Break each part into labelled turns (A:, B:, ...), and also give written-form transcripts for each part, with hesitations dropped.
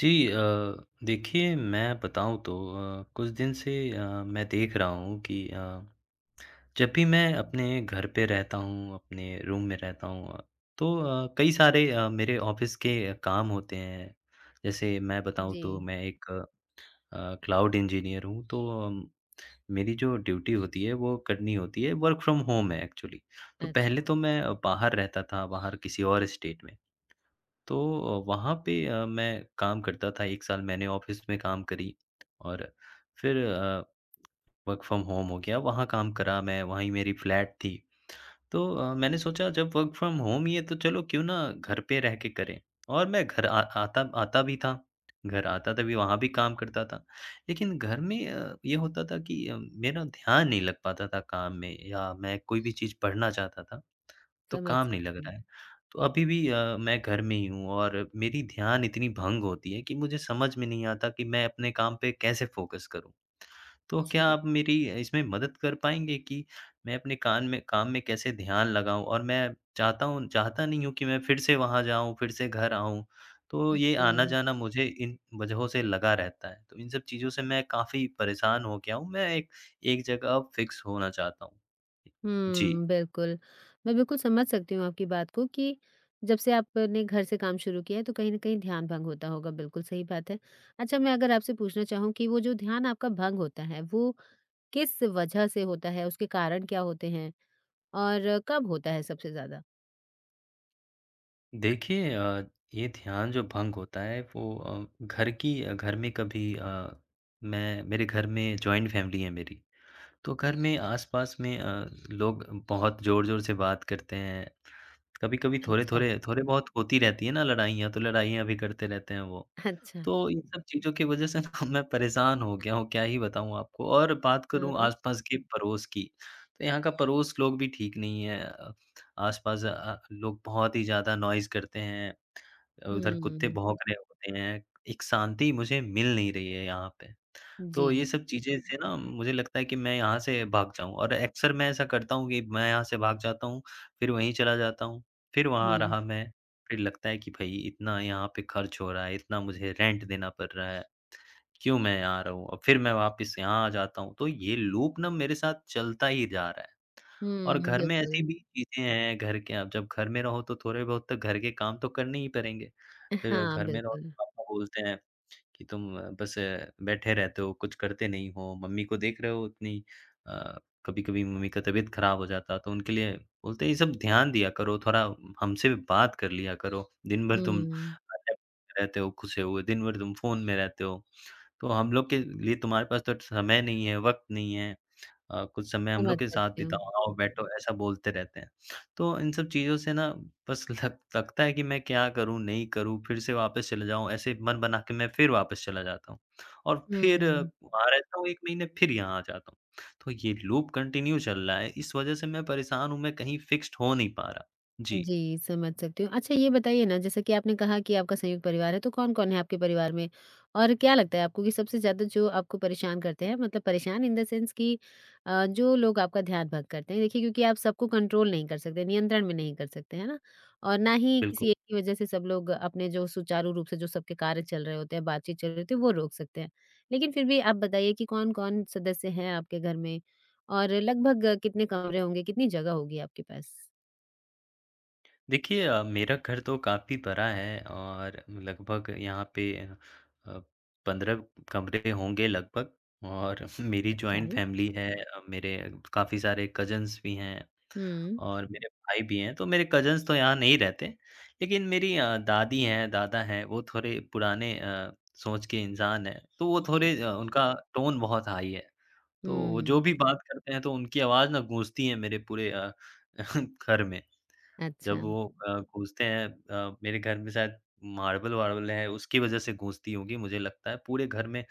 A: जी, देखिए मैं बताऊँ तो कुछ दिन से मैं देख रहा हूँ कि जब भी मैं अपने घर पे रहता हूँ, अपने रूम में रहता हूँ तो कई सारे मेरे ऑफ़िस के काम होते हैं। जैसे मैं बताऊँ
B: जी।
A: तो मैं एक क्लाउड इंजीनियर हूँ तो मेरी जो ड्यूटी होती है वो करनी होती है, वर्क फ्रॉम होम है एक्चुअली। तो पहले
B: अच्छा,
A: तो मैं बाहर रहता था, बाहर किसी और स्टेट में। तो वहाँ पे मैं काम करता था, 1 साल मैंने ऑफ़िस में काम करी और फिर वर्क फ्रॉम होम हो गया, वहाँ काम करा मैं, वहीं मेरी फ्लैट थी। तो मैंने सोचा जब वर्क फ्रॉम होम ही है तो चलो क्यों ना घर पे रह के करें, और मैं घर आ आता आता भी था, घर आता था, भी वहाँ भी काम करता था। लेकिन घर में ये होता था कि मेरा ध्यान नहीं लग पाता था काम में, या मैं कोई भी चीज़ पढ़ना चाहता था। तो
B: समझ
A: काम नहीं लग
B: सकती
A: रहा
B: हूँ।
A: है। तो अभी भी मैं घर में ही हूँ, और मेरी ध्यान इतनी भंग होती है कि मुझे समझ में नहीं आता कि मैं अपने काम पे कैसे फ़ोकस करूँ। तो क्या
B: जी,
A: आप मेरी इसमें मदद कर पाएँगे कि मैं अपने कान में, काम में कैसे ध्यान लगाऊँ? और मैं चाहता हूँ, चाहता नहीं हूँ कि मैं फिर से वहाँ जाऊँ, फिर से घर आऊँ। तो ये
B: जी।
A: आना-जाना मुझे इन वजहों से लगा रहता है। तो इन सब चीज़ों से मैं काफ़ी परेशान हो गया हूँ। मैं एक एक जगह अब फ़िक्स होना चाहता हूँ। जी।
B: हुँ, बिल्कुल। मैं बिल्कुल समझ सकती हूँ आपकी बात को कि जब से आपने घर से काम शुरू किया है तो कहीं न कहीं ध्यान भंग होता होगा, बिल्कुल सही बात है। अच्छा, मैं अगर आपसे पूछना चाहूँ कि वो जो ध्यान आपका भंग होता है, वो किस वजह से होता है? उसके कारण क्या होते हैं? और कब होता है सबसे ज़्यादा?
A: देखिए ये ध्यान जो भंग होता है, वो घर की, घर में कभी मैं मेरे घर में जॉइंट फैमिली है मेरी। तो घर में आस-पास में लोग बहुत ज़ोर-ज़ोर से बात करते हैं। कभी-कभी
B: अच्छा,
A: थोड़े-थोड़े थोड़े बहुत होती रहती है ना लड़ाइयाँ, तो लड़ाइयाँ भी करते रहते हैं वो।
B: अच्छा।
A: तो इन सब चीज़ों की वज़ह से ना मैं परेशान हो गया हूँ, क्या ही बताऊँ आपको। और बात करूँ
B: हाँ,
A: आस-पास के पड़ोस की, तो यहाँ का पड़ोस लोग भी ठीक नहीं है। आस-पास लोग बहुत ही ज़्यादा नॉइज़ करते हैं, उधर कुत्ते
B: हुँ।
A: भौंक रहे होते हैं, एक शांति मुझे मिल नहीं रही है यहाँ पे। तो
B: जी,
A: ये सब चीज़ें से ना मुझे लगता है कि मैं यहाँ से भाग जाऊँ, और अक्सर मैं ऐसा करता हूँ कि मैं यहाँ से भाग जाता हूँ, फिर वहीं चला जाता हूँ, फिर वहाँ
B: हुँ।
A: रहा मैं, फिर लगता है कि भई इतना यहाँ पे खर्च हो रहा है, इतना मुझे रेंट देना पड़ रहा है, क्यों मैं यहाँ रहूँ? और फिर मैं वापस यहाँ आ जाता हूँ, तो ये लूप ना मेरे साथ चलता ही जा रहा है। और
B: हुँ,
A: घर में ऐसी
B: बिल्कुल।
A: भी चीज़ें हैं, घर के अब, जब घर में रहो तो थोड़े बहुत तो घर के काम तो करने ही पड़ेंगे, फिर
B: हाँ,
A: घर में रहो तो
B: बिल्कुल।
A: पापा बोलते हैं कि तुम बस बैठे रहते हो, कुछ करते नहीं हो, मम्मी को देख रहे हो उतनी, अ, कभी-कभी मम्मी का तबीयत खराब हो जाता, तो उनके लिए बोलते हैं, "ये सब ध्यान दिया करो, थोड़ा हमसे भी बात कर लिया करो। दिन भर
B: हुँ,
A: तुम लैपटॉप में रहते हो घुसे हुए, दिन भर तुम फ़ोन में रहते हो, तो हम लोग के लिए तुम्हारे पास तो समय नहीं है, वक़्त नहीं है।" कुछ समय हम लोग
B: समझ
A: के साथ
B: सकती हूँ।
A: बिताओ, आओ बैठो, ऐसा बोलते रहते हैं। तो इन सब चीज़ों से ना बस लग लगता है कि मैं क्या करूँ, नहीं करूँ, फिर से वापस चले जाऊँ, ऐसे मन बना के मैं फिर वापस चला जाता हूँ। और फिर
B: हुँ।
A: वहाँ रहता हूँ 1 महीने, फिर यहाँ आ जाता हूँ। तो ये लूप कंटिन्यू चल रहा है, इस वजह से मैं परेशान हूँ, मैं कहीं फिक्स्ड हो नहीं पा रहा। जी,
B: जी, समझ सकती हूँ। अच्छा, ये बताइए ना, जैसा कि आपने कहा कि आपका संयुक्त परिवार है, तो कौन-कौन है आपके परिवार में? और क्या लगता है आपको कि सबसे ज़्यादा जो आपको परेशान करते हैं, मतलब परेशान इन द सेंस कि जो लोग आपका ध्यान भंग करते हैं। देखिए, क्योंकि आप सबको कंट्रोल नहीं कर सकते, नियंत्रण में नहीं कर सकते, है ना? और ना ही
A: बिल्कुल।
B: किसी एक की वजह से सब लोग अपने जो सुचारू रूप से जो सबके कार्य चल रहे होते हैं, बातचीत चल रही होती है, वो रोक सकते हैं। लेकिन फिर भी आप बताइए कि कौन-कौन सदस्य हैं आपके घर में और लगभग कितने कमरे होंगे, कितनी जगह होगी आपके पास?
A: देखिए मेरा घर तो काफ़ी बड़ा है, और लगभग यहाँ पे 15 कमरे होंगे लगभग, और मेरी
B: अच्छा,
A: जॉइंट फैमिली है। मेरे काफ़ी सारे कज़न्स भी हैं
B: हुँ।
A: और मेरे भाई भी हैं, तो मेरे कज़न्स तो यहाँ नहीं रहते, लेकिन मेरी दादी हैं, दादा हैं, वो थोड़े पुराने सोच के इंसान हैं, तो वो
B: जी,
A: थोड़े उनका टोन बहुत हाई है, तो वो जो
B: हुँ,
A: भी बात करते हैं तो उनकी आवाज़ ना गूंजती है मेरे पूरे घर में। जब
B: अच्छा,
A: वो गूँजते हैं मेरे घर में, शायद मार्बल-वार्बल है, उसकी वजह से गूँजती होंगी मुझे लगता है, पूरे घर में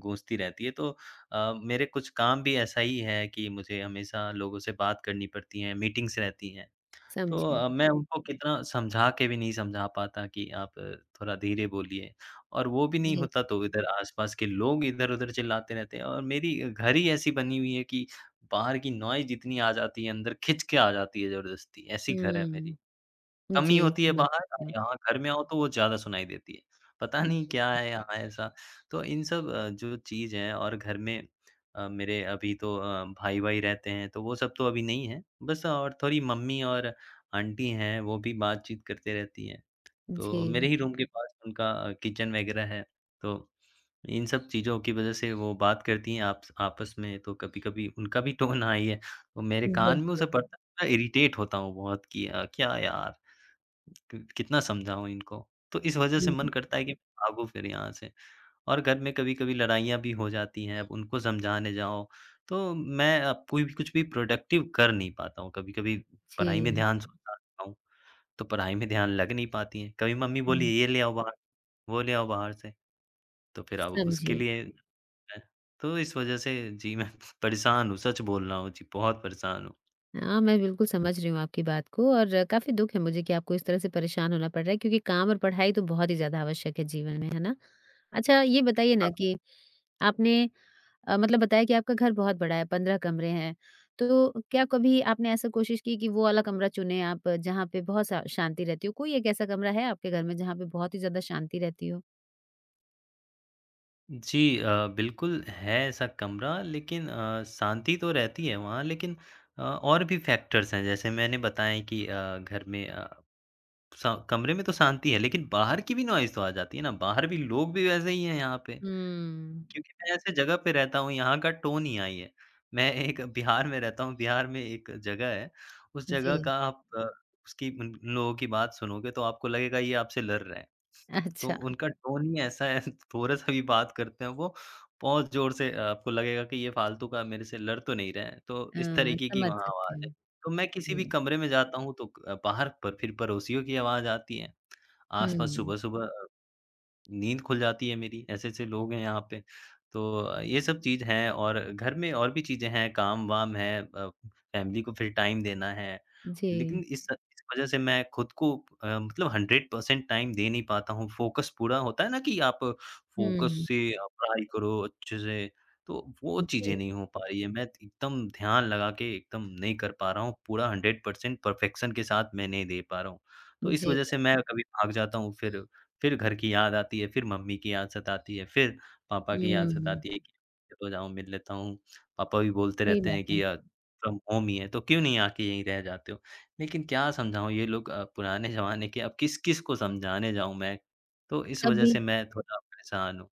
A: गूँजती रहती है। तो मेरे कुछ काम भी ऐसा ही है कि मुझे हमेशा लोगों से बात करनी पड़ती है, मीटिंग्स रहती हैं। तो
B: समझी।
A: मैं, जी। उनको कितना समझा के भी नहीं समझा पाता कि आप थोड़ा धीरे बोलिए, और वो भी नहीं
B: जी,
A: होता तो इधर आस-पास के लोग इधर-उधर चिल्लाते रहते हैं, और मेरी घर ही ऐसी बनी हुई है कि बाहर की नॉइज़ इतनी आ जाती है, अंदर खिंच के आ जाती है ज़बरदस्ती, ऐसी घर है
B: हुँ,
A: मेरी। कम ही
B: जी,
A: होती है
B: समझ
A: बाहर,
B: सकती हूँ।
A: यहाँ घर में आओ तो वो ज़्यादा सुनाई देती है। पता नहीं क्या है यहाँ ऐसा? तो इन सब जो चीज़ है, और घर में मेरे अभी तो भाई-वाई रहते हैं, तो वो सब तो अभी नहीं है। बस और थोड़ी मम्मी और आंटी हैं, वो भी बातचीत करते रहती हैं। तो मेरे
B: जी,
A: ही रूम के पास उनका किचन वगैरह है, तो इन सब चीज़ों की वज़ह से वो बात करती हैं आप्स आपस में, तो कभी-कभी उनका भी टोन हाई है, तो मेरे कान में उसे
B: बिल्कुल,
A: पड़ता है, मैं इरिटेट होता हूँ बहुत कि क्या यार! कि कितना समझाऊँ इनको? तो इस वजह से मन
B: हुँ,
A: करता है कि भागो फिर यहाँ से, और घर में कभी-कभी लड़ाइयाँ भी हो जाती हैं, अब उनको समझाने जाओ, तो मैं अब कोई भी कुछ भी प्रोडक्टिव कर नहीं पाता हूँ। कभी-कभी पढ़ाई में
B: जी,
A: ध्यान सोचता हूँ, तो पढ़ाई में ध्यान लग नहीं पाती है। कभी मम्मी बोली,
B: हुँ,
A: "ये ले आओ बाहर, वो ले आओ बाहर से।" तो फिर अब उसके
B: समझी।
A: लिए मैं- तो इस वजह से, जी, मैं परेशान हूँ, सच बोल रहा हूँ जी, बहुत परेशान हूँ।
B: हाँ, मैं बिल्कुल समझ रही हूँ आपकी बात को और काफ़ी दुःख है मुझे कि आपको इस तरह से परेशान होना पड़ रहा है, क्योंकि काम और पढ़ाई तो बहुत ही ज़्यादा आवश्यक है जीवन में, है ना? अच्छा, ये बताइए ना कि आपने मतलब बताया कि आपका घर बहुत बड़ा है, 15 कमरे हैं। तो क्या कभी आपने ऐसा कोशिश की कि वो वाला कमरा चुनें आप जहाँ पे बहुत सा शांति रहती हो? कोई एक ऐसा कमरा है आपके घर में जहाँ पे बहुत ही ज़्यादा शांति रहती हो?
A: जी, बिल्कुल है ऐसा कमरा, लेकिन शांति तो रहती है वहाँ, लेकिन और भी फैक्टर्स हैं, जैसे मैंने बताया कि घर में सा कमरे में तो शांति है, लेकिन बाहर की भी नॉइज़ तो आ जाती है ना, बाहर भी लोग भी वैसे ही हैं यहाँ पे।
B: हुँ।
A: क्योंकि मैं ऐसे जगह पे रहता हूँ, यहाँ का टोन ही यही है। मैं एक बिहार में रहता हूँ, बिहार में एक जगह है, उस
B: जी।
A: जगह का आप उसकी, उन लोगों की बात सुनोगे तो आपको लगेगा ये आपसे लड़ रहे हैं। तो
B: अच्छा।
A: उनका टोन ही ऐसा है, थोड़ा-सा भी बात करते हैं वो, बहुत ज़ोर से, आपको लगेगा कि ये फ़ालतू का मेरे से लड़ तो नहीं रहे हैं, तो इस तरीके की
B: समझ
A: वहाँ
B: सकती
A: आवाज़ है।
B: हूँ।
A: तो मैं किसी भी
B: हुँ।
A: कमरे में जाता हूँ तो क बाहर पर फिर पड़ोसियों की आवाज़ आती है, आस-पास,
B: हुँ।
A: सुबह-सुबह नींद खुल जाती है मेरी, ऐसे-ऐसे लोग हैं यहाँ पे। तो ये सब चीज़ है, और घर में और भी चीज़ें हैं, काम-वाम है, फैमिली को फिर टाइम देना है।
B: जी।
A: लेकिन इस वज़ह से मैं खुद को मतलब 100% टाइम दे नहीं पाता हूँ, फ़ोकस पूरा होता है ना कि आप फ़ोकस
B: हुँ।
A: से आप पढ़ाई करो अच्छे से, तो वो चीज़ें
B: जी।
A: नहीं हो पा रही है। मैं एकदम ध्यान लगा के एकदम नहीं कर पा रहा हूँ, पूरा 100% परफेक्शन के साथ मैं नहीं दे पा रहा हूँ। तो इस
B: जी।
A: वज़ह से मैं कभी भाग जाता हूँ, फिर घर की याद आती है, फिर मम्मी की याद सताती है, फिर पापा की याद
B: हुँ।
A: सताती है कि चलो जाओ मिल लेता हूँ। पापा भी बोलते
B: सही
A: रहते
B: बात
A: हैं
B: है।
A: कि फ्रॉम होम ही है, तो क्यों नहीं आके यहीं रह जाते हो? लेकिन क्या समझाऊँ ये लोग पुराने ज़माने के, अब किस-किस को समझाने जाऊँ मैं? तो इस वज़ह
B: कभी
A: से मैं थोड़ा परेशान हूँ।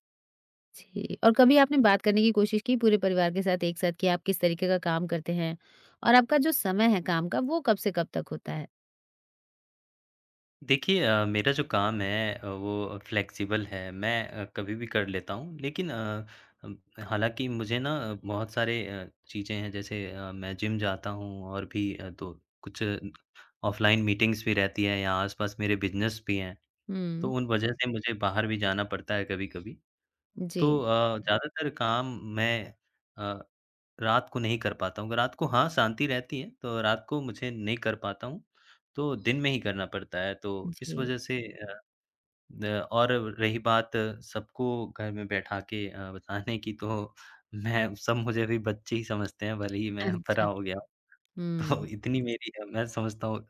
B: जी, और कभी आपने बात करने की कोशिश की पूरे परिवार के साथ एक साथ कि आप किस तरीके का काम करते हैं? और आपका जो समय है काम का वो कब से कब तक होता है?
A: देखिए मेरा जो काम है वो फ्लेक्सिबल है। मैं कभी भी कर लेता हूँ। लेकिन अम, हालाँकि मुझे ना बहुत सारे चीज़ें हैं, जैसे मैं जिम जाता हूँ, और भी तो कुछ ऑफ़लाइन मीटिंग्स भी रहती हैं, या आस-पास मेरे बिज़नेस भी हैं। तो
B: हुँ,
A: उन वजह से मुझे बाहर भी जाना पड़ता है कभी-कभी। तो
B: जी,
A: ज़्यादातर काम मैं अ, रात को नहीं कर पाता हूँ। रात को हाँ, शांति रहती है, तो रात को मुझे नहीं कर पाता हूँ, तो दिन में ही करना पड़ता है। तो
B: जी।
A: इस वज़ह से अ, न और रही बात सबको घर में बैठा के बताने की, तो मैं सब, मुझे अभी बच्चे ही समझते हैं, भले ही मैं बड़ा
B: अच्छा,
A: हो गया हूँ। तो
B: हुँ,
A: इतनी मेरी मैं समझता हूँ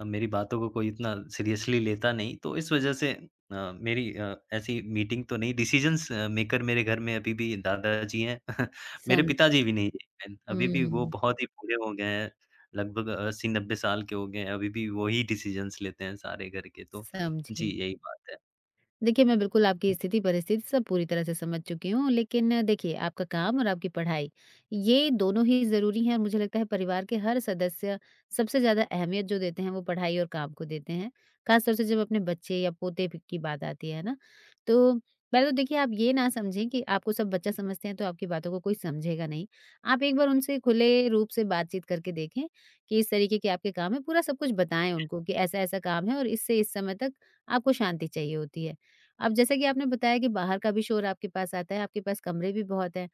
A: मेरी बातों को कोई इतना सीरियसली लेता नहीं, तो इस वज़ह से मेरी ऐसी मीटिंग तो नहीं, डिसीज़न्स मेकर मेरे घर में अभी भी दादाजी हैं। मेरे
B: समझी।
A: पिताजी भी नहीं हैं, अभी भी वो
B: हुँ,
A: बहुत ही बूढ़े हो गए हैं, लगभग 80-90 साल के हो गए हैं, अभी भी वही डिसीज़न्स लेते हैं सारे घर के, तो। जी,
B: समझी।
A: यही बात है।
B: देखिए, मैं बिल्कुल आपकी स्थिति परिस्थिति सब पूरी तरह से समझ चुकी हूँ। लेकिन देखिए, आपका काम और आपकी पढ़ाई, ये दोनों ही ज़रूरी हैं और मुझे लगता है परिवार के हर सदस्य सबसे ज़्यादा अहमियत जो देते हैं वो पढ़ाई और काम को देते हैं। ख़ास तौर से जब अपने बच्चे या पोते प की बात आती है ना? तो पहले तो देखिए, आप ये ना समझें कि आपको सब बच्चा समझते हैं तो आपकी बातों को कोई समझेगा नहीं। आप एक बार उनसे खुले रूप से बातचीत करके देखें कि इस तरीके के आपके काम हैं। पूरा सब कुछ बताएँ उनको कि ऐसा-ऐसा काम है और इससे इस समय तक आपको शांति चाहिए होती है। अब जैसा कि आपने बताया कि बाहर का भी शोर आपके पास आता है, आपके पास कमरे भी बहुत हैं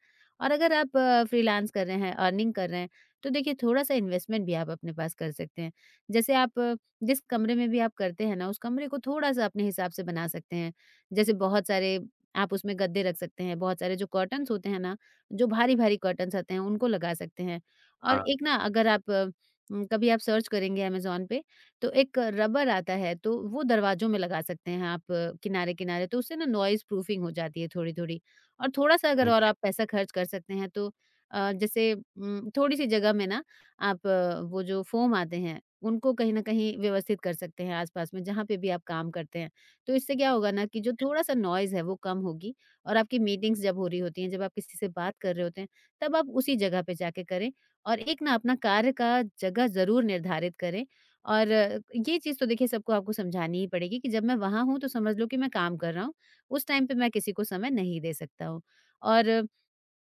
B: और अगर आप फ्रीलांस कर रहे हैं, अर्निंग कर रहे हैं, तो देखिए थोड़ा-सा इन्वेस्टमेंट भी आप अपने पास कर सकते हैं। जैसे आप जिस कमरे में भी आप करते हैं ना, उस कमरे को थोड़ा-सा अपने हिसाब से बना सकते हैं। जैसे बहुत सारे आप उसमें गद्दे रख सकते हैं, बहुत सारे जो कर्टन्स होते हैं ना, जो भारी-भारी कर्टन्स आते हैं, उनको लगा सकते हैं। और
A: हाँ,
B: एक ना, अगर आप कभी आप सर्च करेंगे अमेज़न पे तो एक रबर आता है, तो वो दरवाज़ों में लगा सकते हैं आप किनारे-किनारे, तो उससे ना नॉइज़ प्रूफिंग हो जाती है थोड़ी-थोड़ी। और थोड़ा-सा अगर और
A: ओके।
B: आप पैसा खर्च कर सकते हैं, तो जैसे थोड़ी-सी जगह में ना आप वो जो फ़ोम आते हैं उनको कहीं न कहीं व्यवस्थित कर सकते हैं आस-पास में जहाँ पे भी आप काम करते हैं। तो इससे क्या होगा ना कि जो थोड़ा-सा नॉइज़ है वो कम होगी और आपकी मीटिंग्स जब हो रही होती हैं, जब आप किसी से बात कर रहे होते हैं, तब आप उसी जगह पे जाके करें। और एक ना अपना कार्य का जगह ज़रूर निर्धारित करें और ये चीज़ तो देखिए सबको आपको समझानी ही पड़ेगी कि जब मैं वहाँ हूँ तो समझ लो कि मैं काम कर रहा हूँ, उस टाइम पे मैं किसी को समय नहीं दे सकता हूँ। और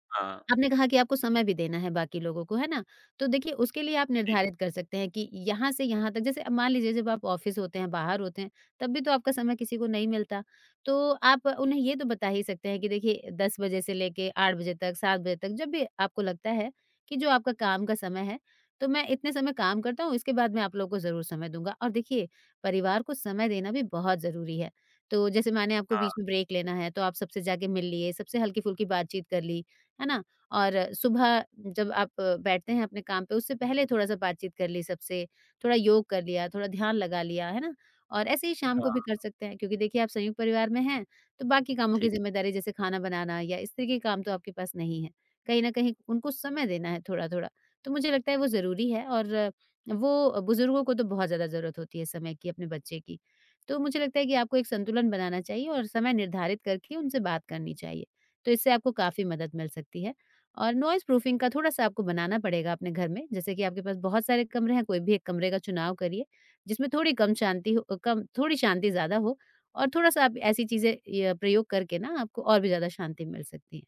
A: हाँ,
B: आपने कहा कि आपको समय भी देना है बाकी लोगों को, है ना? तो देखिए उसके लिए आप निर्धारित कर सकते हैं कि यहाँ से यहाँ तक, जैसे अब मान लीजिए, जब आप ऑफ़िस होते हैं, बाहर होते हैं, तब भी तो आपका समय किसी को नहीं मिलता। तो आप उन्हें ये तो बता ही सकते हैं कि देखिए 10 बजे से लेके 8 बजे तक, 7 बजे तक जब भी आपको लगता है कि जो आपका काम का समय है, तो मैं इतने समय काम करता हूँ, इसके बाद मैं आप लोगों को ज़रूर समय दूँगा। और देखिए, परिवार को समय देना भी बहुत ज़रूरी है। तो जैसे माने, आपको बीच में ब्रेक लेना है, तो आप सबसे जाके मिल लिए, सबसे हल्की-फुल्की बातचीत कर ली, है ना? और सुबह जब आप बैठते हैं अपने काम पे, उससे पहले थोड़ा-सा बातचीत कर ली सबसे, थोड़ा योग कर लिया, थोड़ा ध्यान लगा लिया, है ना? और ऐसे ही शाम को भी
A: हाँ,
B: कर सकते हैं, क्योंकि देखिए आप संयुक्त परिवार में हैं, तो बाकी कामों की
A: ठीक।
B: ज़िम्मेदारी जैसे खाना बनाना या इस तरह के काम तो आपके पास नहीं है। कहीं न कहीं उनको समय देना है थोड़ा-थोड़ा, तो मुझे लगता है वो ज़रूरी है और वो बुज़ुर्गों को तो बहुत ज़्यादा ज़रूरत होती है समय की, अपने बच्चे की। तो मुझे लगता है कि आपको एक संतुलन बनाना चाहिए और समय निर्धारित करके उनसे बात करनी चाहिए, तो इससे आपको काफ़ी मदद मिल सकती है। और नॉइज़ प्रूफिंग का थोड़ा-सा आपको बनाना पड़ेगा अपने घर में, जैसे कि आपके पास बहुत सारे कमरे हैं, कोई भी एक कमरे का चुनाव करिए, जिसमें थोड़ी कम शांति हो, कम थोड़ी शांति ज़्यादा हो और थोड़ा-सा आप ऐसी चीज़ें य प्रयोग करके ना आपको और भी ज़्यादा शांति मिल सकती है।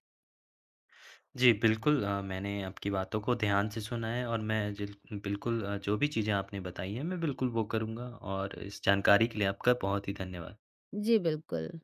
A: जी, बिल्कुल, मैंने आपकी बातों को ध्यान से सुना है, और मैं जिल बिल्कुल जो भी चीज़ें आपने बताई हैं, मैं बिल्कुल वो करूँगा, और इस जानकारी के लिए आपका बहुत ही धन्यवाद।
B: जी, बिल्कुल।